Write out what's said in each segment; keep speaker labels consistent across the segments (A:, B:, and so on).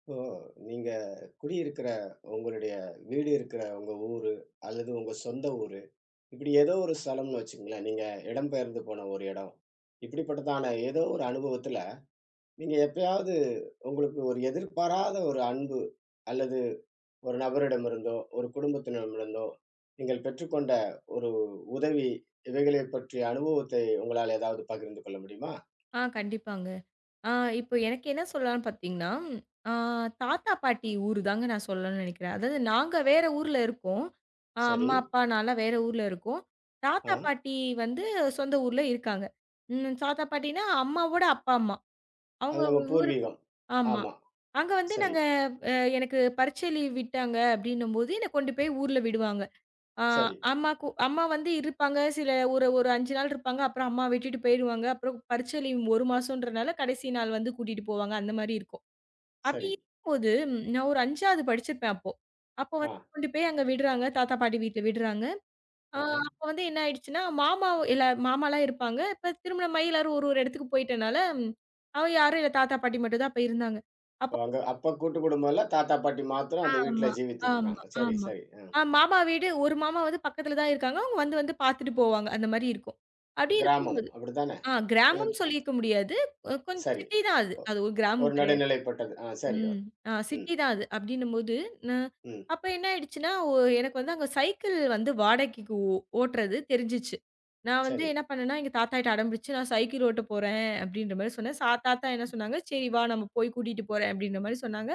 A: இப்போ நீங்க குடியிருக்கிற உங்களுடைய வீடு இருக்கிற உங்க ஊரு அல்லது உங்க சொந்த ஊரு, இப்படி ஏதோ ஒரு ஸ்தலம்னு வச்சுக்கங்களேன். நீங்க இடம்பெயர்ந்து போன ஒரு இடம். இப்படிப்பட்டதான ஏதோ ஒரு அனுபவத்துல, நீங்க எப்பயாவது உங்களுக்கு ஒரு எதிர்பாராத ஒரு அன்பு அல்லது ஒரு நபரிடமிருந்தோ, ஒரு குடும்பத்தினரிடமிருந்தோ நீங்கள் பெற்றுக்கொண்ட ஒரு உதவி, இவைகளைப் பற்றிய அனுபவத்தை உங்களால் ஏதாவது பகிர்ந்து கொள்ள முடியுமா?
B: கண்டிப்பாங்க. ஆ இப்போ எனக்கு என்ன சொல்லலாம்னு பார்த்தீங்கன்னா, ஆ தாத்தா, பாட்டி ஊரு தாங்க நான் சொல்லணும்னு நெனைக்கிறேன். அதாவது நாங்க வேற ஊர்ல இருக்கோம்.
A: சரி.
B: அம்மா, அப்பா நான்லாம் வேற ஊர்ல இருக்கோம்.
A: ஆ.
B: தாத்தா, பாட்டி வந்து சொந்த ஊர்ல இருக்காங்க. தாத்தா, பாட்டின்னா அம்மாவோட அப்பா, அம்மா.
A: அது
B: அவங்க
A: நம்ம
B: ஊருக்கு
A: பூர்வீகம்.
B: ஆமா.
A: ஆமா.
B: அங்க வந்து
A: சரி,
B: நாங்க எனக்கு பரீட்சை லீவ் விட்டாங்க அப்டின்னும்போது என்ன கொண்டு போய் ஊர்ல விடுவாங்க. ஆ
A: சரி,
B: அம்மாக்கு அம்மா வந்து இருப்பாங்க. சில ஒரு ஒரு 5 நாள் இருப்பாங்க. அப்புறம் அம்மா விட்டுட்டு போயிருவாங்க. அப்புறம் பரீட்சை லீவ் 1 மாசம்ன்றனால கடைசி நாள் வந்து கூட்டிட்டு போவாங்க. அந்த மாரி இருக்கும். அப்படி
A: சரி.
B: இருக்கும்போது நான் ஒரு 5வது படிச்சிருப்பேன் அப்போ. அப்போ
A: ஆ.
B: வந்து கொண்டு போய் அங்க விடுறாங்க. தாத்தா, பாட்டி வீட்ல விடுறாங்க. ஆ
A: ஆஹா.
B: அப்போ வந்து என்ன ஆயிடுச்சுன்னா, மாமா எல்லா மாமாலாம் இருப்பாங்க. இப்ப திருமணமாகி எல்லாரும் ஒரு ஒரு இடத்துக்கு போயிட்டனால, அவ யாரும் இல்ல. தாத்தா, பாட்டி மட்டும் தான் அப்ப இருந்தாங்க.
A: ஓ!
B: அப்போ
A: அங்க அப்ப கூட்டு குடும்பம் இல்ல. தாத்தா, பாட்டி மாத்திரம் அந்த வீட்ல
B: ஆமா,
A: ஜீவித்துட்டு
B: ஆமா,
A: இருக்காங்க. சரி,
B: ஆமா.
A: சரி. அ.
B: மாமா வீடு ஒரு மாமா வந்து பக்கத்துல தான் இருக்காங்க. அவங்க வந்து வந்து பார்த்துட்டு போவாங்க. அந்த மாரி இருக்கும். அப்டி
A: கிராமம்
B: இருக்கும்போது
A: அப்படித்தானே? இது,
B: கிராமம்
A: அ
B: சொல்லிக்க முடியாது. கொஞ்சம்
A: சரி.
B: சிட்டி தான் அது.
A: ஒ
B: அது ஒரு
A: ஒரு
B: கிராமம் கிடையாது.
A: நடுநிலைப்பட்டது. ஆ சரி.
B: ம்.
A: ஒரு ம்,
B: சிட்டி தான் அது. அப்டின்னும்போது நா
A: ம்.
B: அப்ப என்ன ஆயிடுச்சுன்னா, எனக்கு வந்து அங்க சைக்கிள் வந்து வாடகைக்கு ஓட்டுறது தெரிஞ்சுச்சு. நான் வந்து
A: சரி.
B: என்ன பண்ணேன்னா, எங்க தாத்தாகிட்ட அடம்பிடிச்சு நான் சைக்கிள் ஓட்ட போறேன் அப்டின்ற மாரி சொன்னேன். தாத்தா என்ன சொன்னாங்க, "சரி வா நம்ம போய் கூட்டிட்டு போறேன்" அப்டின்ற மாரி சொன்னாங்க.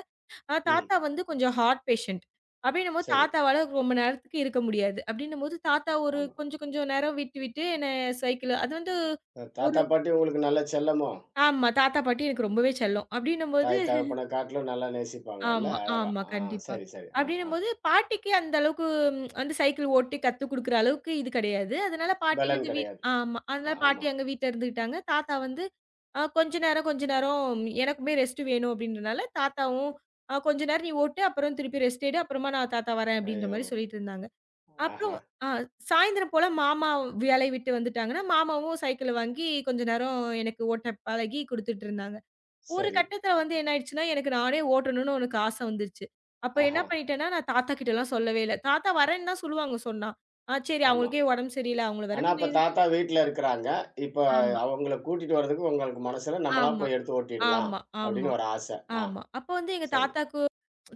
A: ம்.
B: தாத்தா வந்து கொஞ்சம் ஹார்ட் பேஷண்ட். அப்படின்னும்போது
A: சரி.
B: தாத்தாவால ரொம்ப நேரத்துக்கு இருக்க முடியாது. அப்படின்னும்போது தாத்தா ஒரு
A: ஆமா.
B: கொஞ்சம் கொஞ்சம் நேரம் விட்டு விட்டு என்ன சைக்கிள் அது வந்து
A: அ
B: ஒரு
A: தாத்தா, பாட்டி உங்களுக்கு நல்ல செல்லமோ?
B: ஆமா. தாத்தா, பாட்டி எனக்கு ரொம்பவே செல்லம். அப்படின்னும்போது
A: தாய் தகப்பன காட்டிலும் நல்லா நேசிப்பாங்க இல்ல?
B: ஆமா,
A: அழகா.
B: ஆமா.
A: ஆ
B: கண்டிப்பா.
A: சரி, சரி. ஆ, ஆ.
B: அப்படின்னும்போது பாட்டிக்கு அந்த அளவுக்கு வந்து சைக்கிள் ஓட்டி கத்துக் குடுக்குற அளவுக்கு இது கிடையாது. அதனால பாட்டி
A: பெலன்
B: வந்து
A: கிடையாது.
B: ஆமா.
A: ஆ,
B: அதனால
A: ஆமா.
B: பாட்டி அங்க வீட்ல இருந்துக்கிட்டாங்க. தாத்தா வந்து கொஞ்ச நேரம், கொஞ்ச நேரம் எனக்குமே ரெஸ்ட் வேணும் அப்படின்றனால தாத்தாவும் கொஞ்ச நேரம் நீ ஓட்டு, அப்புறம் திருப்பி ரெஸ்ட் எடு. அப்புறமா நான் தாத்தா வரேன் அப்படின்ற
A: ஐயோ!
B: மாரி சொல்லிட்டு இருந்தாங்க. அப்புறம்
A: ஆஹா.
B: அ சாயந்தரம் போல மாமா வேலைய விட்டு வந்துட்டாங்கன்னா, மாமாவும் சைக்கிள வாங்கி கொஞ்ச நேரம் எனக்கு ஓட்ட பழகி குடுத்துட்டு இருந்தாங்க. ஒரு
A: சரி.
B: கட்டத்தில வந்து என்ன ஆயிடுச்சுன்னா, எனக்கு நானே ஓட்டணும்னு எனக்கு ஆச வந்துருச்சு. அப்ப என்ன
A: ஆஹா.
B: பண்ணிட்டேன்னா, நான் தாத்தா கிட்டலாம் சொல்லவே இல்ல. தாத்தா வரேன்னு தான் சொல்லுவாங்க சொன்னா. சரி
A: ஆமா.
B: அவங்களுக்கே உடம்பு சரியில்ல. அவங்கள வேற
A: ஆனா,
B: நம்ம
A: அப்ப
B: எது
A: தாத்தா வீட்ல இருக்கிறாங்க. இப்ப
B: ஆமா,
A: அவங்கள கூட்டிட்டு வர்றதுக்கு உங்களுக்கு மனசுல, "நம்மளா
B: ஆமா,
A: போய் எடுத்து ஓட்டிடலாம்."
B: ஆமா, ஆமா,
A: அப்படின்னு ஒரு ஆசை. ஆ,
B: ஆமா. அப்ப வந்து எங்க
A: சரி.
B: தாத்தாக்கு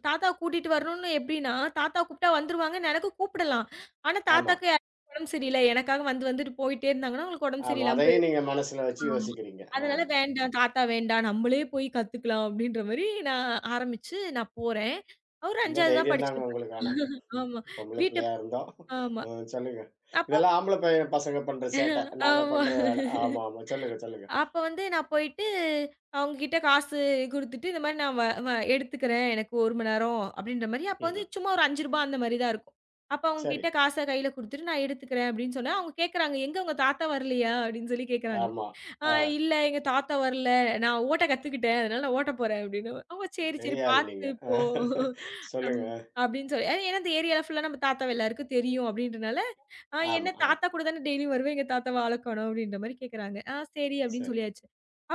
B: தாத்தாவ கூட்டிட்டு வரணும்னு எப்படின்னா, தாத்தாவ கூப்பிட்டா வந்துருவாங்க. எனக்கு கூப்பிடலாம். ஆனா,
A: ஆமா,
B: தாத்தாக்கு யாருக்கும் உடம்பு சரியில்ல. எனக்காக வந்து வந்துட்டு போயிட்டே இருந்தாங்கன்னா, அவங்களுக்கு உடம்பு
A: ஆமா.
B: சரியில்லாம
A: அதையும்
B: போயிரும்.
A: நீங்க மனசுல வச்சு
B: ஆமா.
A: யோசிக்கிறீங்க. ஆ,
B: அதனால வேண்டாம், தாத்தா வேண்டாம். நம்மளே போய் கத்துக்கலாம் அப்படின்ற மாரி நான் ஆரம்பிச்சு நான் போறேன். அவரு
A: ரொம்ப
B: 5வது தான்
A: தைரியம் தாங்க
B: படிச்சிருப்பாரு.
A: உங்களுக்கு ஆனா.
B: ஆமா.
A: பொம்பள
B: வீட்ட
A: பிள்ளையா இருந்தோம்.
B: ஆமா.
A: ம் சொல்லுங்க.
B: அப்போ
A: இதெல்லாம் ஆம்பள பைய பசங்க பண்ற சேட்டை. நாங்க
B: ஆமா.
A: பண்ற வேல. ஆமா, ஆமா. சொல்லுங்க, சொல்லுங்க.
B: அப்ப வந்து நான் போயிட்டு அவங்க கிட்ட காசு குடுத்துட்டு, இந்த மாரி நான் வ வ எடுத்துக்கிறேன். எனக்கு 1 மணி நேரம் அப்படின்ற மாரி. அப்ப
A: ம்ஹ்ம்.
B: வந்து சும்மா ஒரு ரூ. 5 அந்த மாரி தான் இருக்கும். அப்ப அவங்க
A: சரி.
B: கிட்ட காச கையில குடுத்துட்டு, நான் எடுத்துக்கிறேன் அப்படின்னு சொன்னா, அவங்க கேட்கறாங்க, "எங்க உங்க தாத்தா வரலையா?" அப்படின்னு சொல்லி கேட்கறாங்க.
A: ஆமா.
B: ஆ
A: ஆ.
B: இல்ல எங்க தாத்தா வரல. நான் ஓட்ட கத்துக்கிட்டேன். அதனால நான் ஓட்ட போறேன் அப்படின்னு. அவங்க சரி, சரி
A: பெரிய ஆள் நீங்க.
B: பார்த்து
A: ஆ,
B: போ. அம்
A: சொல்லுங்க.
B: அப்படின்னு சொல்லி ஏன்னா ஏன்னா இந்த ஏரியால ஃபுல்லா நம்ம தாத்தாவ எல்லாருக்கும் தெரியும் அப்படின்றனால, "ஆ என்ன
A: ஆமா. ஆ.
B: தாத்தா கூட தானே டெய்லியும் வருவேன். எங்க தாத்தாவ ஆள காணோம்" அப்படின்ற மாரி கேட்கறாங்க. ஆ சரி அப்படின்னு
A: சரி.
B: சொல்லியாச்சு.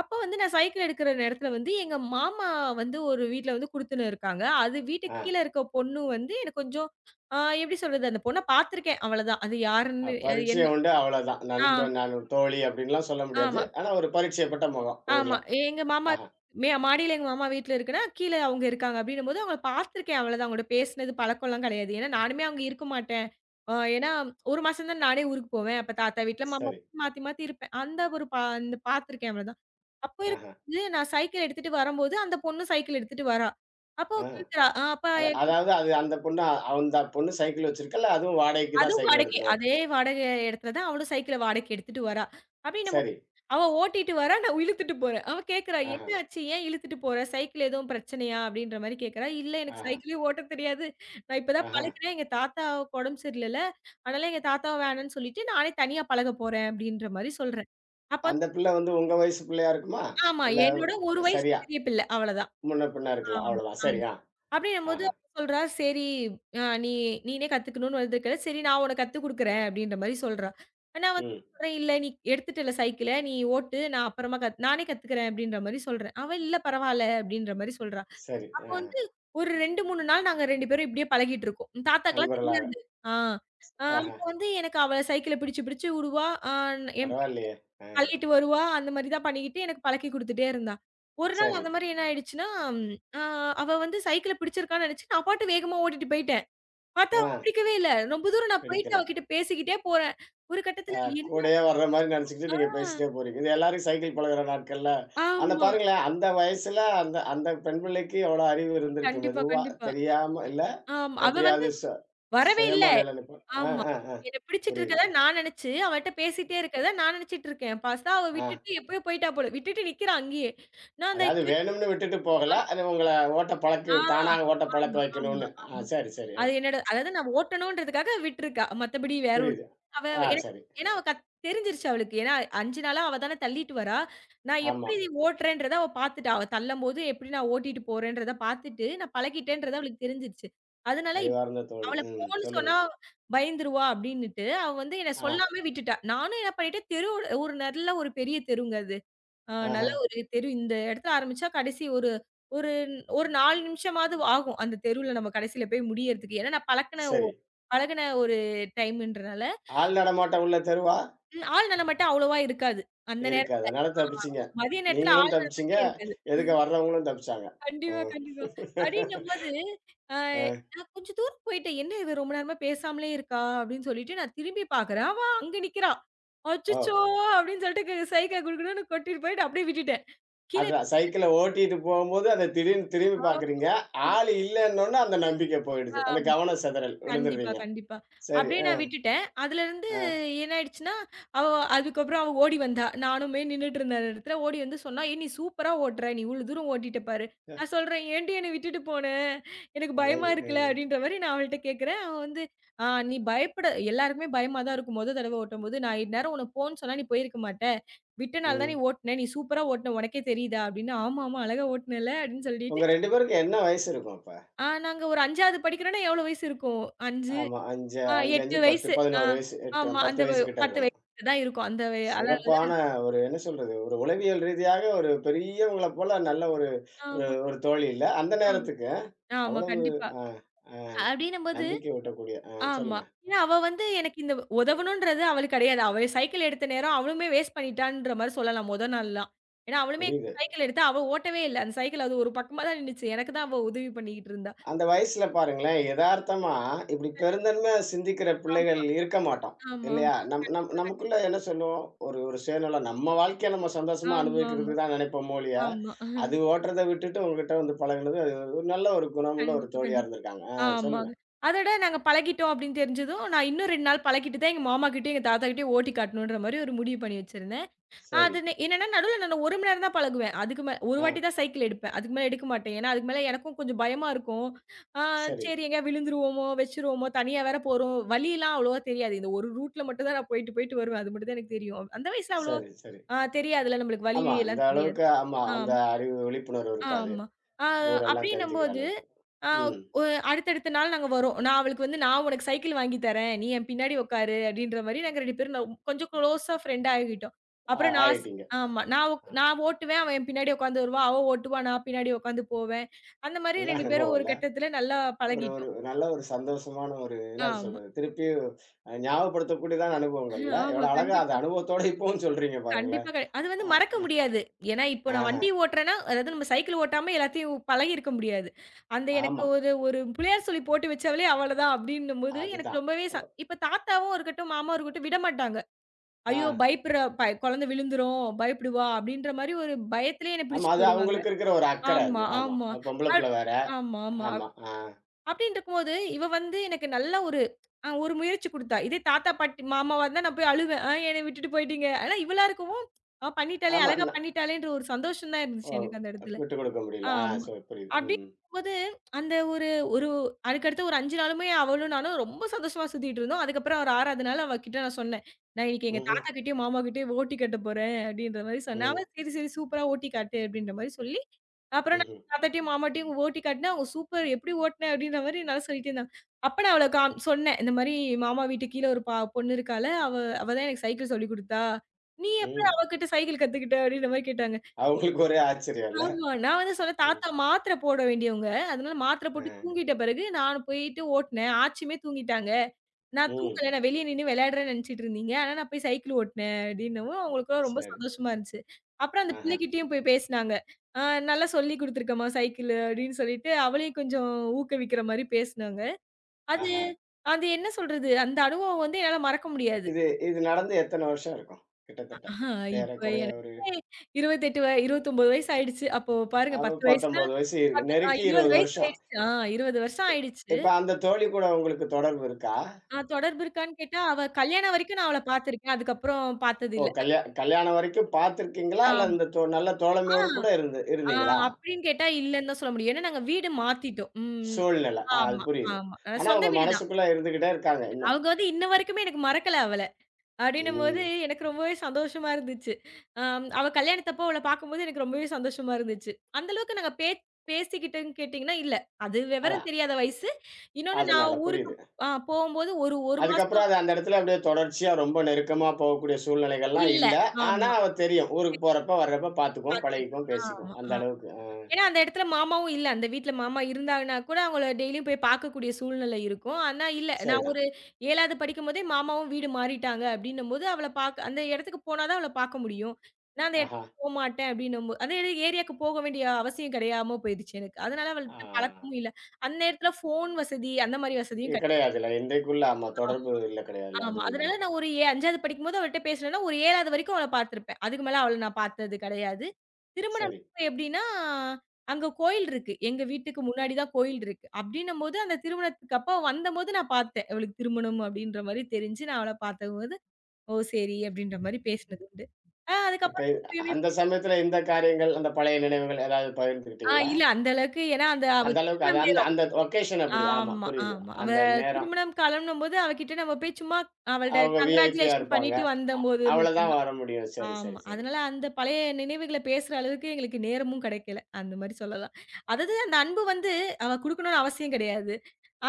B: அப்போ வந்து நான் சைக்கிள் எடுக்கிற நேரத்துல வந்து எங்க மாமா வந்து ஒரு வீட்ல வந்து குடுத்துன்னு இருக்காங்க. அது
A: ஆ.
B: வீட்டுக்கு கீழ இருக்க பொண்ணு வந்து எனக்கு கொஞ்சம் ஆ எப்படி சொல்றது? அந்த பொண்ண பார்த்துருக்கேன் அவ்வளதான். அது
A: அ
B: யாருன்னு
A: பரிட்சை
B: என்ன
A: உண்டு அவ்வளோதான்.
B: ஆ
A: நண்பன், நான் ஒரு தோழி அப்டின்லாம் சொல்ல முடியாது.
B: ஆமா.
A: ஆனா ஒரு பரிட்சைப்பட்ட முகம் ஊர்ல.
B: ஆமா. எங்க மாமா
A: ஆஹா,
B: மாடியில எங்க மாமா வீட்ல இருக்குன்னா, கீழ அவங்க இருக்காங்க அப்டின்னும்போது அவங்கள பார்த்துருக்கேன் அவ்வளதான். அவங்களோட பேசினது பழக்கம்லாம் கிடையாது. ஏன்னா, நானுமே அங்க இருக்க மாட்டேன். ஏன்னா 1 மாசம் தான் நானே ஊருக்கு போவேன். அப்ப தாத்தா வீட்ல, மாமா
A: சரி.
B: வீட்ல மாத்தி, மாத்தி இருப்பேன். அந்த ஒரு அந்த பார்த்துருக்கேன் அவ்வளதான். அப்ப
A: ஆஹா,
B: இருக்கும்போது நான் சைக்கிள் எடுத்துட்டு வரும்போது, அந்த பொண்ணு சைக்கிள் எடுத்துட்டு வரா. அப்போ
A: ஆ.
B: கேட்கிறா, அப்ப
A: அ
B: எனக்கு-
A: அதாவது அது அந்த பொண்ணு அந்த பொண்ணு சைக்கிள் வச்சிருக்குல்ல, அதுவும் வாடகைக்கு தான்
B: அதுவும்
A: சைக்கிள்
B: வாடகை.
A: எடுத்துட்டு வரும்.
B: அதே வாடகை இடத்துல தான் அவளும் சைக்கிள வாடகைக்கு எடுத்துட்டு வரா. அப்டின்னும்போது
A: சரி.
B: அவ ஓட்டிட்டு வரா, நான் இழுத்துட்டு போறேன். அவ கேட்கிறா,
A: ஆஹா,
B: "என்ன ஆச்சு? ஏன் இழுத்துட்டு போற? சைக்கிள் எதுவும் பிரச்சனையா?" அப்படின்ற மாரி கேட்கிறா. "இல்ல எனக்கு
A: ஆஹா,
B: சைக்கிளே ஓட்டத் தெரியாது. நான் இப்ப தான்
A: ஆஹா.
B: பழகுனேன். எங்க தாத்தாவுக்கு உடம்பு சரியில்லல்ல. அதனால எங்க தாத்தாவ வேணாம்னு சொல்லிட்டு, நானே தனியா பழகப் போறேன்." அப்படின்ற மாரி சொல்றேன். அப்ப வந்து
A: அந்த பிள்ள வந்து உங்க வயசு பிள்ளையா இருக்குமா?
B: ஆமா.
A: இல்ல
B: என்னோட 1 வயசு
A: சரியா,
B: பெரிய பிள்ளை. அவ்வளதான்.
A: முன்ன பின்ன இருக்கலாம்.
B: ஆமா.
A: அவ்வளோதான்.
B: ஆமா.
A: சரி. ஆ,
B: அப்படின்னும்போது
A: ஆஹா,
B: அவ சொல்றா, "சரி அ நீ நீனே கத்துக்கணும்னு வந்திருக்கல. சரி நான் உனக்கு கத்துக் குடுக்குறேன்." அப்படின்ற மாரி சொல்றா. நான் வந்து
A: ம்.
B: சொல்றேன், "இல்ல நீ எடுத்துட்டல்ல சைக்கிள. நீ ஓட்டு. நான் அப்புறமா நானே கத்துக்கிறேன்." அப்படின்ற மாரி சொல்றேன். அவ "இல்ல பரவால்ல." அப்படின்ற மாரி சொல்றா.
A: சரி.
B: அப்போ
A: ஆஹா,
B: வந்து ஒரு 2, 3 நாள் நாங்க 2 பேரும் இப்படியே பழகிட்டு இருக்கோம். தாத்தாக்கெல்லாம்
A: நண்பர்களாக.
B: தெரியாது. ஆ.
A: ஆஹா,
B: அப்போ வந்து எனக்கு அவ சைக்கிள பிடிச்சு பிடிச்சு உடுவா. என்
A: பரவாயில்லையே! ஆ,
B: தள்ளிட்டு வருவா. அந்த மாரி தான் பண்ணிக்கிட்டு எனக்கு பழக்கி குடுத்துட்டே இருந்தா. ஒரு நாள்
A: சரி.
B: அந்த மாரி என்ன ஆயிடுச்சுன்னா, ஆ அவ வந்து சைக்கிள பிடிச்சிருக்கான்னு நெனச்சு நான் பாட்டு வேகமா ஓட்டிட்டு போயிட்டேன். பார்த்தா
A: ஆ,
B: அவ பிடிக்கவே இல்ல. ரொம்ப தூரம் நான்
A: பிடிக்கல.
B: போயிட்டு அவகிட்ட பேசிக்கிட்டே போறேன். ஒரு
A: அ
B: கட்டத்துல என்ன
A: கூடயே வர்ற மாரி நெனச்சுக்கிட்டு நீங்க பேசிட்டே போறீங்க. இது எல்லாரும் சைக்கிள் பழகுற நாட்கள்ல. ஆனா
B: ஆமா.
A: பாருங்களேன், அந்த வயசுல அந்த அந்த பெண் பிள்ளைக்கு எவ்வளோ அறிவு இருந்திருக்கு.
B: கண்டிப்பா,
A: மெதுவா
B: கண்டிப்பா.
A: தெரியாம இல்ல
B: ஆமா. அவ வந்து
A: எப்படியாவது
B: வரவே இல்ல.
A: சுயமா நிலநிப்ப. ஆ,
B: ஆமா.
A: ஆ, ஆ.
B: என்ன பிடிச்சிட்டு
A: புரியுது.
B: இருக்கறத நான் நெனச்சு, அவட்ட பேசிட்டே இருக்கறத நான் நெனச்சிட்டு இருக்கேன். பார்த்தா அவ
A: ஆ
B: விட்டுட்டு எப்பயோ போயிட்டா போல. விட்டுட்டு நிக்கிறா அங்கேயே. நான் அந்த
A: அதாவது
B: தெரு
A: வேணும்னு விட்டுட்டு போகல.
B: ஆ
A: அது உங்கள ஓட்ட
B: ஆ.
A: பழக்க தானா ஓட்ட பழக்க
B: ஆமா, ஆமா,
A: வைக்கணும்னு. ஆ
B: ஆமா.
A: சரி, சரி. ஆ
B: அது என்னோட அதாவது நான் ஓட்டணுன்றதுக்காக விட்டுருக்கா. மத்தபடி வேற ஒண்ணும்
A: புரியுது.
B: அவ
A: ஆ
B: ஏன்னா
A: சரி.
B: ஏன்னா அவ தெரிஞ்சிருச்சு அவளுக்கு. ஏன்னா 5 நாளா அவ தானே தள்ளிட்டு வரா. நான்
A: ஆமா.
B: எப்படி ஓட்டுறேன்றத அவ பார்த்துட்டா. அவ தள்ளம்போது எப்படி நான் ஓட்டிட்டு போறேன்றத பார்த்துட்டு, நான் பழகிட்டேன்றது அவளுக்கு தெரிஞ்சிருச்சு. அதனால
A: அறிவார்ந்த தோழி.
B: அவள
A: ம்.
B: போன்னு
A: சொல்லுங்க.
B: சொன்னா பயந்துருவா அப்டின்னுட்டு, அவ வந்து என்ன
A: ஆ.
B: சொல்லாமயே விட்டுட்டா. நானும் என்ன பண்ணிட்டேன், தெரு ஒரு நல்ல ஒரு பெரிய தெருங்க அது.
A: ஆஹ.
B: நல்ல ஒரு தெரு இந்த இடத்துல ஆரம்பிச்சா கடைசி ஒரு ஒரு ஒரு 4 நிமிஷமாவது ஆகும். அந்த தெருவுல நம்ம கடைசியில போய் முடியறதுக்கு. ஏன்னா நான் பழக்குன ஒ
A: சரி.
B: பழகுன ஒரு டைம்ன்றனால,
A: ஆள் நடமாட்டம் உள்ள தெருவா?
B: ஆள் நடமாட்டம் அவ்வளவா இருக்காது. அந்த
A: இருக்கு.
B: நேரத்துல.
A: அதனால
B: ஆ
A: தப்பிச்சீங்க.
B: மதிய நேரத்துல
A: நீங்களும்
B: ஆள்
A: தப்பிச்சீங்க,
B: நடமாட்டம் இருக்காது.
A: எதுக்க வர்றவங்களும் தப்பிச்சாங்க.
B: கண்டிப்பா,
A: ம்.
B: கண்டிப்பா. அப்படின்னும்போது, அ
A: அ,
B: நான் கொஞ்சம் தூரம் போயிட்டேன். "என்ன இவ ரொம்ப நேரமா பேசாமலே இருக்கா?" அப்படின்னு சொல்லிட்டு நான் திரும்பி பாக்குறேன். அவ அங்க நிக்கிறா.
A: ஓ!
B: அச்சச்சோ! அப்படின்னு சொல்லிட்டு சைகை குடுகுடுன்னு கொட்டிட்டு போயிட்டு அப்படியே விட்டுட்டேன். கீழே
A: அதான் சைக்கிள ஓட்டிட்டு போகும்போது, அத திடீர்னு திரும்பி பார்க்குறீங்க. ஆள் இல்லன்னோன அந்த நம்பிக்கை போயிடுது. அந்த
B: ஆமா.
A: கவன சிதறல்.
B: கண்டிப்பா,
A: விழுந்துடுறீங்க.
B: கண்டிப்பா.
A: சரி.
B: அப்படியே
A: அ,
B: நான் விட்டுட்டேன். அதுலருந்து
A: அ,
B: என்ன ஆயிடுச்சுன்னா, அவ அதுக்கப்புறம் அவ ஓடி வந்தா. நானுமே நின்னுட்டு இருந்த இடத்துல ஓடி வந்து சொன்னா, "ஏய்! நீ சூப்பரா ஓட்டுற. நீ இவ்வளோ தூரம் ஓட்டிட்ட பாரு."
A: அ
B: நான் சொல்றேன், "ஏன்டி என்ன விட்டுட்டு போன? எனக்கு பயமா
A: அழகு.
B: இருக்குல."
A: ம்,
B: அப்படின்ற மாரி நான் அவள்ட்ட கேட்கிறேன். அவ வந்து, "ஆ நீ பயப்பட எல்லாருக்குமே பயமா தான் இருக்கும். மொத தடவ ஓட்டும்போது. நான் இந்நேரம் உன்ன போன்னு சொன்னா, நீ போயிருக்க மாட்ட. விட்டனால தான் நீ
A: ம்.
B: ஓட்டுன. நீ சூப்பரா ஓட்டுன. உனக்கே தெரியுதா?" அப்படின்னு. "ஆமா, ஆமா. அழகா ஓட்டுனேன்ல." அப்படின்னு
A: உங்க
B: சொல்லிட்டு,
A: 2 பேருக்கும் என்ன வயசு இருக்கும் அப்ப?
B: நாங்க ஒரு 5வது படிக்கிறோம்னா எவ்வளோ வயசு இருக்கும்? 5
A: ஆமா. 5 5,
B: 8
A: 5 10,
B: வயசு. ஆ
A: 11 வயசு. எட்டு
B: ஆமா.
A: 10
B: அந்த வ
A: வயசு கிட்ட
B: 10
A: இருக்கணும்.
B: வயசு தான் இருக்கும். அந்த வ அல
A: சிறப்பான ஒரு என்ன சொல்றது? ஒரு உளவியல் ரீதியாக ஒரு பெரியவங்கள போல நல்ல ஒரு ஒரு
B: ஆமா,
A: ஒரு தோழி இல்ல. அந்த
B: ஆமா,
A: நேரத்துக்கு
B: ஆமா.
A: அவ்வளவு
B: கண்டிப்பா.
A: அ
B: அப்டின்னும்போது
A: நம்பிக்கை ஊட்டக்கூடிய அ
B: ஆமா.
A: சொல்லுங்க.
B: ஏன்னா அவ வந்து எனக்கு இந்த உதவணுன்றது அவளுக்கு கிடையாது. அவ சைக்கிள் எடுத்த நேரம் அவளுமே வேஸ்ட் பண்ணிட்டான்ற மாரி சொல்லலாம் மொத நாள்லாம். ஏன்னா அவளுமே
A: புரியுது.
B: சைக்கிள் எடுத்தா அவ ஓட்டவே இல்ல. அந்த சைக்கிள் அது ஒரு பக்கமா தான் நின்னுச்சு. எனக்கு தான் அவ உதவி பண்ணிக்கிட்டு இருந்தா.
A: அந்த வயசுல பாருங்களேன், எதார்த்தமா இப்படி
B: கண்டிப்பா.
A: பெருந்தன்மையா சிந்திக்கிற
B: ஆமா,
A: பிள்ளைகள் இருக்க மாட்டோம்.
B: ஆமா, ஆமா.
A: இல்லையா? நம் நம்
B: கண்டிப்பா,
A: நமக்குள்ள
B: கண்டிப்பா.
A: என்ன சொல்லுவோம்? ஒரு ஒரு சுயநலம் நம்ம வாழ்க்கைய நம்ம சந்தோஷமா
B: ஆமா, ஆமா,
A: அனுபவிக்கிறதுக்கு தான் நினைப்போமோ ஒழிய,
B: ஆமா.
A: அது ஓட்டுறத விட்டுட்டு உங்ககிட்ட வந்து பழகுனது அது ஒரு நல்ல ஒரு குணமுள்ள ஒரு
B: கண்டிப்பா,
A: தோழியா
B: கண்டிப்பா.
A: இருந்திருக்காங்க. ஆ சொல்லுங்க.
B: ஆமாங்க. அதோட நாங்க பழகிட்டோம் அப்படின்னு தெரிஞ்சதும், நான் இன்னும் 2 நாள் பழக்கிட்டு தான் எங்க மாமாகிட்டயும், எங்க தாத்தாகிட்டயும் ஓட்டி காட்டணுன்ற மாரி ஒரு முடிவு பண்ணி வச்சிருந்தேன்.
A: சரி.
B: அது என்னன்னா நடுவுல நான் 1 மணி நேரம் தான் பழகுவேன். அதுக்கு மேல 1
A: ஆ.
B: வாட்டி தான் சைக்கிள் எடுப்பேன். அதுக்கு மேல எடுக்க மாட்டேன். ஏன்னா, அதுக்கு மேல எனக்கும் கொஞ்சம் பயமா இருக்கும். ஆ
A: சரி,
B: சரி எங்கேயா விழுந்துருவோமோ, வச்சுருவோமோ, தனியா வேற போறோம். வழிலாம் அவ்வளவா தெரியாது. இந்த ஒரு ரூட்ல மட்டும் தான் நான் போயிட்டு, போயிட்டு வருவேன். அது மட்டும் தான் எனக்கு தெரியும். அந்த வயசுல அவ்வளோ
A: சரி, சரி.
B: தெரியாதுல்ல நம்மளுக்கு வழி
A: ஆமா. அந்த
B: எல்லாம் தெரியாது.
A: அளவுக்கு ஆமா. அந்த
B: ஆம்,
A: அறிவு விழிப்புணர்வு இருக்காது.
B: ஆமா. ஆ
A: ஊரெல்லாம் தெரிஞ்சுக்கிற
B: அப்படின்னும்போது
A: அளவுக்கு.
B: ஆ
A: ம்.
B: ஒ அடுத்தடுத்த நாள் நாங்க வரோம். நான் அவளுக்கு வந்து "நான் உனக்கு சைக்கிள் வாங்கி தரேன். நீ என் பின்னாடி உட்காரு" அப்படின்ற மாரி நாங்க 2 பேரும் நவ் கொஞ்சம் குளோஸா ஃப்ரெண்டா ஆகிட்டோம்.
A: ஆ
B: அப்புறம் நான்
A: ஆயிட்டீங்க.
B: ஆமா. நான்
A: அ அ
B: நான் ஓட்டுவேன். அவ என் பின்னாடி உட்காந்து வருவா. அவ ஓட்டுவா. நான் பின்னாடி உட்காந்து போவேன். அந்த மாரி
A: நல்ல
B: 2
A: அனுபவம்
B: பேரும் ஒரு
A: இல்ல.
B: கட்டத்துல நல்லா
A: ஒரு ஒரு
B: பழகிட்டோம்.
A: நல்ல ஒரு சந்தோஷமான ஒரு என்ன
B: ஆமா.
A: சொல்றது? திருப்பியும் அ ஞாபகப்படுத்தக்கூடியதான அனுபவங்கள்ல,
B: ஆமா.
A: எவ்வளோ அழகா அந்த
B: கண்டிப்பா.
A: அனுபவத்தோட இப்பவும் சொல்றீங்க பாருங்களேன்.
B: கண்டிப்பா அது வந்து
A: அ
B: மறக்க
A: அ
B: முடியாது. ஏன்னா, இப்போ நான்
A: ஆஹா.
B: வண்டி ஓட்டுறேன்னா, அதாவது நம்ம சைக்கிள் ஓட்டாம எல்லாத்தையும் பழகியிருக்க முடியாது. அந்த எனக்கு
A: ஆமா.
B: ஒரு ஒரு புள்ளையார் சொல்லி போட்டு வச்சாவலே அவ்வளதான் அப்டின்னும்போது, எனக்கு
A: அதுதான்.
B: ரொம்பவே
A: ஒ
B: ச இப்ப தாத்தாவும் இருக்கட்டும், மாமாவும் இருக்கட்டும் விடமாட்டாங்க.
A: ஆ.
B: ஐயோ! பயப்படுற குழந்தை விழுந்துரும், பயப்படுவா அப்டின்ற மாரி ஒரு பயத்திலேயே என்ன
A: ஆமா. அது
B: பிடிச்சிட்டு வருவாங்க.
A: அவங்களுக்கு இருக்கிற ஒரு அக்கற அது.
B: ஆமா,
A: ஆமா.
B: ஆமா.
A: பொம்பள
B: அட்
A: பிள்ளை வேற.
B: ஆமா, ஆமா.
A: ஆமா. ஆ.
B: அப்டின்னு இருக்கும்போது, இவ வந்து எனக்கு நல்ல ஒரு ஒரு முயற்சி குடுத்தா. இதே தாத்தா, பாட்டி, மாமாவா இருந்தா நான் போய் அழுவேன். "ஆ என்னைய விட்டுட்டு போயிட்டீங்க." ஆனா இவளா இருக்கவும், "ஆ பண்ணிட்டாளே!
A: ஆமா.
B: அழகா
A: ந
B: பண்ணிட்டாளேன்ற" ஒரு சந்தோஷம் தான்
A: ஓ!
B: இருந்துச்சு எனக்கு அந்த இடத்துல.
A: விட்டு குடுக்க முடியல. ஆ.
B: ஆமா.
A: சோ புரியுது. ம்.
B: அப்டிங்கும்போது, அந்த ஒரு ஒரு அதுக்கடுத்து ஒரு 5 நாளுமே அவளும் நானும் ரொம்ப சந்தோஷமா சுத்திட்டு இருந்தோம். அதுக்கப்புறம் ஒரு 6வது நாள் அவகிட்ட நான் சொன்னேன். "நான் இன்னைக்கு எங்க
A: ம்ஹ்ம்.
B: தாத்தாகிட்டயும், மாமாகிட்டயும் ஓட்டி காட்ட போறேன்" அப்டின்ற மாரி சொன்னேன்.
A: ம்.
B: அவ "சரி, சரி சூப்பரா ஓட்டி காட்டு" அப்டின்ற மாரி சொல்லி, அப்புறம் நான்
A: ம்ஹ்ம்.
B: தாத்தாட்டயும், மாமாட்டயும் ஓட்டி காட்டுனேன். அவங்க "சூப்பர் எப்படி ஓட்டுன?" அப்டின்ற மாரி நல்லா சொல்லிட்டே இருந்தாங்க. அப்ப நான் அவள சொன்னேன். இந்த மாரி மாமா வீட்டுக்கு கீழ ஒரு பொண்ணு இருக்கால. அவ அவ தான் எனக்கு சைக்கிள் சொல்லிக் குடுத்தா. "நீ எப்ப
A: ம்.
B: அவகிட்ட சைக்கிள் கத்துக்கிட்ட?" அப்டின்ற மாரி கேட்டாங்க.
A: அவங்களுக்கு ஒரே ஆச்சரியம்ல.
B: ஆமா. நான் வந்து சொன்னேன்,
A: ம்.
B: "தாத்தா மாத்திர போட வேண்டியவங்க. அதனால மாத்திர
A: அ.
B: போட்டு தூங்கிட்ட பிறகு, நான் போயிட்டு ஓட்டுனேன். ஆச்சியுமே தூங்கிட்டாங்க. நான்
A: ம்.
B: தூங்கல. நான் வெளிய நின்னு விளையாடுறேன்னு நினைச்சுட்டு இருந்தீங்க. ஆனா நான் போய் சைக்கிள் ஓட்டுனேன்" அப்படின்னவும், அவங்களுக்குலாம் ரொம்ப
A: சரி.
B: சந்தோஷமா இருந்துச்சு. அப்புறம் அந்த
A: ஆஹா,
B: பிள்ளைகிட்டயும் போய் பேசுனாங்க. "ஆ நல்லா சொல்லிக் குடுத்துருக்கம்மா சைக்கிளு" அப்படின்னு சொல்லிட்டு, அவளையும் கொஞ்சம் ஊக்குவிக்கிற மாரி பேசுனாங்க. அது
A: ஆஹா.
B: அது என்ன சொல்றது? அந்த அனுபவம் வந்து என்னால மறக்க முடியாது.
A: இது இது நடந்து எத்தன வருஷம் இருக்கும்? கிட்டத்தட்ட.
B: ஆஹா, இப்ப
A: ஏறக்குறைய ஒரு
B: எனக்கே 28 29 வயசு ஆயிடுச்சு. அப்போ பாருங்க
A: அவ
B: 10 வயசுல
A: 19 வயசு இருக்கு.
B: அ
A: நெருக்கி
B: 20
A: 20
B: வயசு
A: வருஷம்.
B: ஆயிடுச்சு. 20 வருஷம் ஆயிடுச்சு.
A: இப்ப அந்த தோழி கூட உங்களுக்கு தொடர்பு இருக்கா?
B: தொடர்பு இருக்கான்னு கேட்டா, அவ கல்யாணம் வரைக்கும் நான் அவள பார்த்துருக்கேன். அதுக்கப்புறம்
A: ஓ!
B: பார்த்ததில்ல.
A: கல்யாணம் வரைக்கும் பார்த்திருக்கீங்களா? இல்ல
B: ஆமா.
A: இந்த நல்ல
B: ஆ,
A: தோழமையோடு கூட இருந்து
B: ஆ
A: இருந்தீங்களா?
B: அப்படின்னு கேட்டா இல்லன்னு தான் சொல்ல முடியும். ஏன்னா நாங்க வீடு மாத்திட்டோம். ம்.
A: சூழ்நிலை. ஆ அது
B: ஆமா,
A: புரியுது.
B: ஆமா.
A: ஆனா
B: சொந்த
A: உங்க
B: வீடு தான்.
A: மனசுக்குள்ள இருந்துகிட்டே இருக்காங்க இன்னும்.
B: அவங்க வந்து இன்ன வரைக்குமே எனக்கு மறக்கல அவள. அப்படின்னும்போது
A: ம்.
B: எனக்கு ரொம்பவே சந்தோஷமா இருந்துச்சு. அவ கல்யாணத்தப்போ அவள பார்க்கும்போது எனக்கு ரொம்பவே சந்தோஷமா இருந்துச்சு. அந்த அளவுக்கு நாங்க பேசிக்கிட்டோன்னு கேட்டீங்கன்னா, இல்ல. அது விவரம்
A: அதான்.
B: தெரியாத வயசு. இன்னொன்னு
A: அதனால
B: நான் ஊருக்கு
A: புரியுது.
B: போம்போது ஒரு 1
A: அதுக்கப்புறம்
B: மாசம்
A: அது அந்த இடத்துல அப்படியே தொடர்ச்சியா ரொம்ப நெருக்கமா போகக்கூடிய சூழ்நிலைகள்லாம்
B: இல்ல.
A: இல்ல. ஆனா,
B: ஆமா.
A: அவ தெரியும். ஊருக்கு போறப்ப, வர்றப்ப பார்த்துக்குவோம்,
B: பாத்துக்க.
A: பழகிக்குவோம், பேசிக்குவோம்.
B: ஆமா,
A: அந்த
B: ஆமா.
A: அளவுக்கு. அ
B: ஏன்னா அந்த இடத்துல மாமாவும் இல்ல. அந்த வீட்ல மாமா இருந்தாங்கன்னா கூட அவங்கள டெய்லியும் போய் பார்க்கக்கூடிய சூழ்நிலை இருக்கும். ஆனா இல்ல. நான்
A: சரிதான்.
B: ஒரு 7வது படிக்கும்போதே மாமாவும் வீடு மாறிட்டாங்க அப்டின்னும்போது, அவள பார்க்க அந்த இடத்துக்கு போனா தான் அவள பார்க்க முடியும். நான் அந்த இடத்துக்கு
A: ஆஹா!
B: போமாட்டேன் அப்டின்னும்போ அதே ஏரியாக்கு போக வேண்டிய அவசியம் கிடையாம போயிருச்சு எனக்கு. அதனால
A: ஆ
B: அவள்ட்ட பழக்கமும் இல்ல. அந்த நேரத்துல ஃபோன் வசதி அந்த மாரி
A: இ
B: வசதியும்
A: கிடையாதுல்ல. இன்றைக்குள்ள ஆமா தொடர்பு இல்ல கிடையாதுல்ல. அது
B: ஆமா. அதனால
A: உண்மதான்.
B: நான் ஒரு 5வது படிக்கும்போது அவள்ட்ட பேசலன்னா, ஒரு 7வது வரைக்கும் அவள பார்த்திருப்பேன். அதுக்கு மேல அவள நான் பார்த்தது கிடையாது. திருமணம்
A: சரி.
B: அப்ப எப்படின்னா, அங்க கோயில் இருக்கு. எங்க வீட்டுக்கு முன்னாடி தான் கோயில் இருக்கு. அப்படின்னும்போது அந்த திருமணத்துக்கு அப்ப வந்தம்போது நான் பார்த்தேன். இவளுக்கு திருமணம் அப்படின்ற மாரி தெரிஞ்சு நான் அவள பார்த்தபோது, "ஓ! சரி" அப்படின்ற மாரி பேசினது உண்டு.
A: இப்ப
B: அதுக்கப்புறம் எப்பயுமே
A: அந்த சமயத்துல இந்த காரியங்கள், அந்த பழைய நினைவுகள் ஏதாவது பகிர்ந்துக்கிட்டீங்களா?
B: இல்ல அந்த அளவுக்கு ஏன்னா அந்த அவ
A: அந்த அளவுக்கு அது
B: திருமணம்
A: அந்த
B: நேரம்.
A: அந்த ஒகேஷன் அப்படி. ஆமா
B: ஆமா,
A: புரியுது.
B: ஆமா. அவ
A: அந்த நேரம்.
B: திருமணம் காலம்ன்னும்போது அவகிட்ட நம்ம போய் சும்மா அவள்ட்ட
A: அவங்க விஐபியா
B: கங்கிராச்சுலேஷன்
A: இருப்பாங்க.
B: பண்ணிட்டு
A: அ
B: வந்தம்போது மட்டும்
A: அவ்வளதான்
B: தான்.
A: வர முடியும். சரி,
B: ஆமா.
A: சரி, சரி.
B: அதனால அந்த பழைய நினைவுகள பேசுற அளவுக்கு எங்களுக்கு நேரமும் கிடைக்கல. அந்த மாரி சொல்லலாம். அதாவது அந்த அன்பு வந்து அவ குடுக்கணும்னு அவசியம் கிடையாது.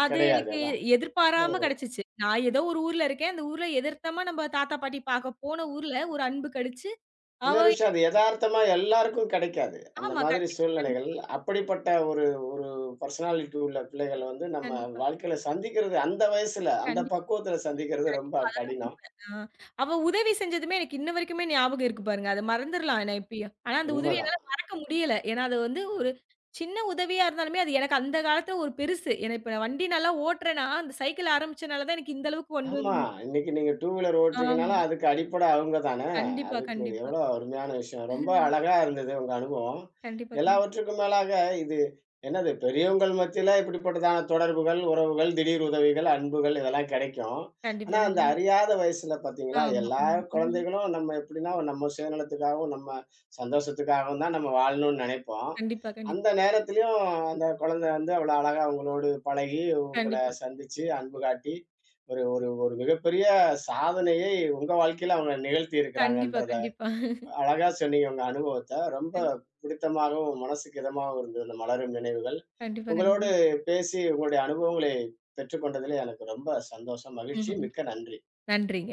B: அது
A: கிடையாது.
B: எனக்கு
A: அதான். இல்ல
B: எதிர்பாராம
A: ஒரு
B: கிடைச்சுச்சு. நான் ஏதோ ஒரு ஊர்ல இருக்கேன். அந்த ஊர்ல எதிர்த்தமா நம்ம தாத்தா, பாட்டி பார்க்க போன ஊர்ல ஒரு அன்பு கிடைச்சு, அவ
A: இன்னொரு விஷயம் அது எதார்த்தமா எல்லாருக்கும் கிடைக்காது. அந்த
B: ஆமா.
A: மாதிரி
B: கண்டிப்பா,
A: சூழ்நிலைகள்,
B: கண்டிப்பா,
A: அப்படிப்பட்ட ஒரு ஒரு பர்சனாலிட்டி உள்ள பிள்ளைகள வந்து நம்ம
B: கண்டிப்பா,
A: வாழ்க்கையில சந்திக்கிறது, அந்த வயசுல, அந்த
B: கண்டிப்பா.
A: பக்குவத்துல சந்திக்கிறது ரொம்ப
B: கண்டிப்பா. அதுதான்
A: கடினம்.
B: உண்மை. ஆ. அவ உதவி செஞ்சதுமே எனக்கு இன்ன வரைக்குமே ஞாபகம் இருக்கு பாருங்க. அத மறந்துரலாம் நான் எப்பயோ. ஆனா அந்த உதவிய
A: உண்மதான்.
B: என்னால மறக்க முடியல. ஏன்னா அது வந்து ஒரு சின்ன உதவியா இருந்தாலுமே, அது எனக்கு அந்த காலத்துல ஒரு பெருசு. ஏன்னா இப்ப நான் வண்டி நல்லா ஓட்டுறேன்னா, அந்த சைக்கிள் ஆரம்பிச்சனால தான் எனக்கு இந்த அளவுக்கு கொண்டு
A: ஆமா.
B: வந்து
A: இன்னைக்கு நீங்க டூ வீலர் ஓட்டுறீங்கனால,
B: ஆமா.
A: அதுக்கு அடிப்படை அவங்க தானே!
B: கண்டிப்பா,
A: அதுக்கு
B: கண்டிப்பா.
A: எவ்வளோ அருமையான விஷயம். ரொம்ப அழகா இருந்தது உங்க அனுபவம்.
B: கண்டிப்பா, கண்டிப்பா.
A: எல்லாவற்றுக்கும் மேலாக இது என்னது பெரியவங்கள் மத்தியில இப்படிப்பட்டதான தொடர்புகள், உறவுகள், திடீர் உதவிகள், அன்புகள் இதெல்லாம் கிடைக்கும். ஆனா,
B: கண்டிப்பா,
A: அந்த
B: கண்டிப்பா.
A: அறியாத வயசுல பார்த்தீங்களா,
B: ஆமா. ஆமா.
A: எல்லா
B: ம்.
A: குழந்தைகளும் நம்ம எப்படின்னா நம்ம சுயநலத்துக்காகவும், நம்ம சந்தோஷத்துக்காகவும் தான் நம்ம வாழணும்னு நினைப்போம்.
B: கண்டிப்பா, கண்டிப்பா.
A: அந்த நேரத்திலயும் அந்த குழந்தை வந்து அவ்வளோ அழகா உங்களோடு பழகி, உங்கள
B: கண்டிப்பா.
A: சந்திச்சு, அன்பு காட்டி, ஒரு ஒரு ஒரு மிகப்பெரிய சாதனையை உங்க வாழ்க்கையில அவங்க நிகழ்த்தி
B: கண்டிப்பா,
A: இருக்கிறாங்கன்றத
B: கண்டிப்பா.
A: அழகா சொன்னீங்க உங்க அனுபவத்த. ரொம்ப
B: கண்
A: பிடித்தமாகவும், மனசுக்கு இதமாகவும் இருந்தது இந்த மலரும் நினைவுகள்.
B: கண்டிப்பா,
A: உங்களோடு
B: கண்டிப்பா.
A: பேசி உங்களுடைய அனுபவங்களை பெற்றுக்கொண்டதிலே எனக்கு ரொம்ப சந்தோஷம், மகிழ்ச்சி.
B: ம்ஹ்ம்.
A: மிக்க நன்றி.
B: நன்றிங்க.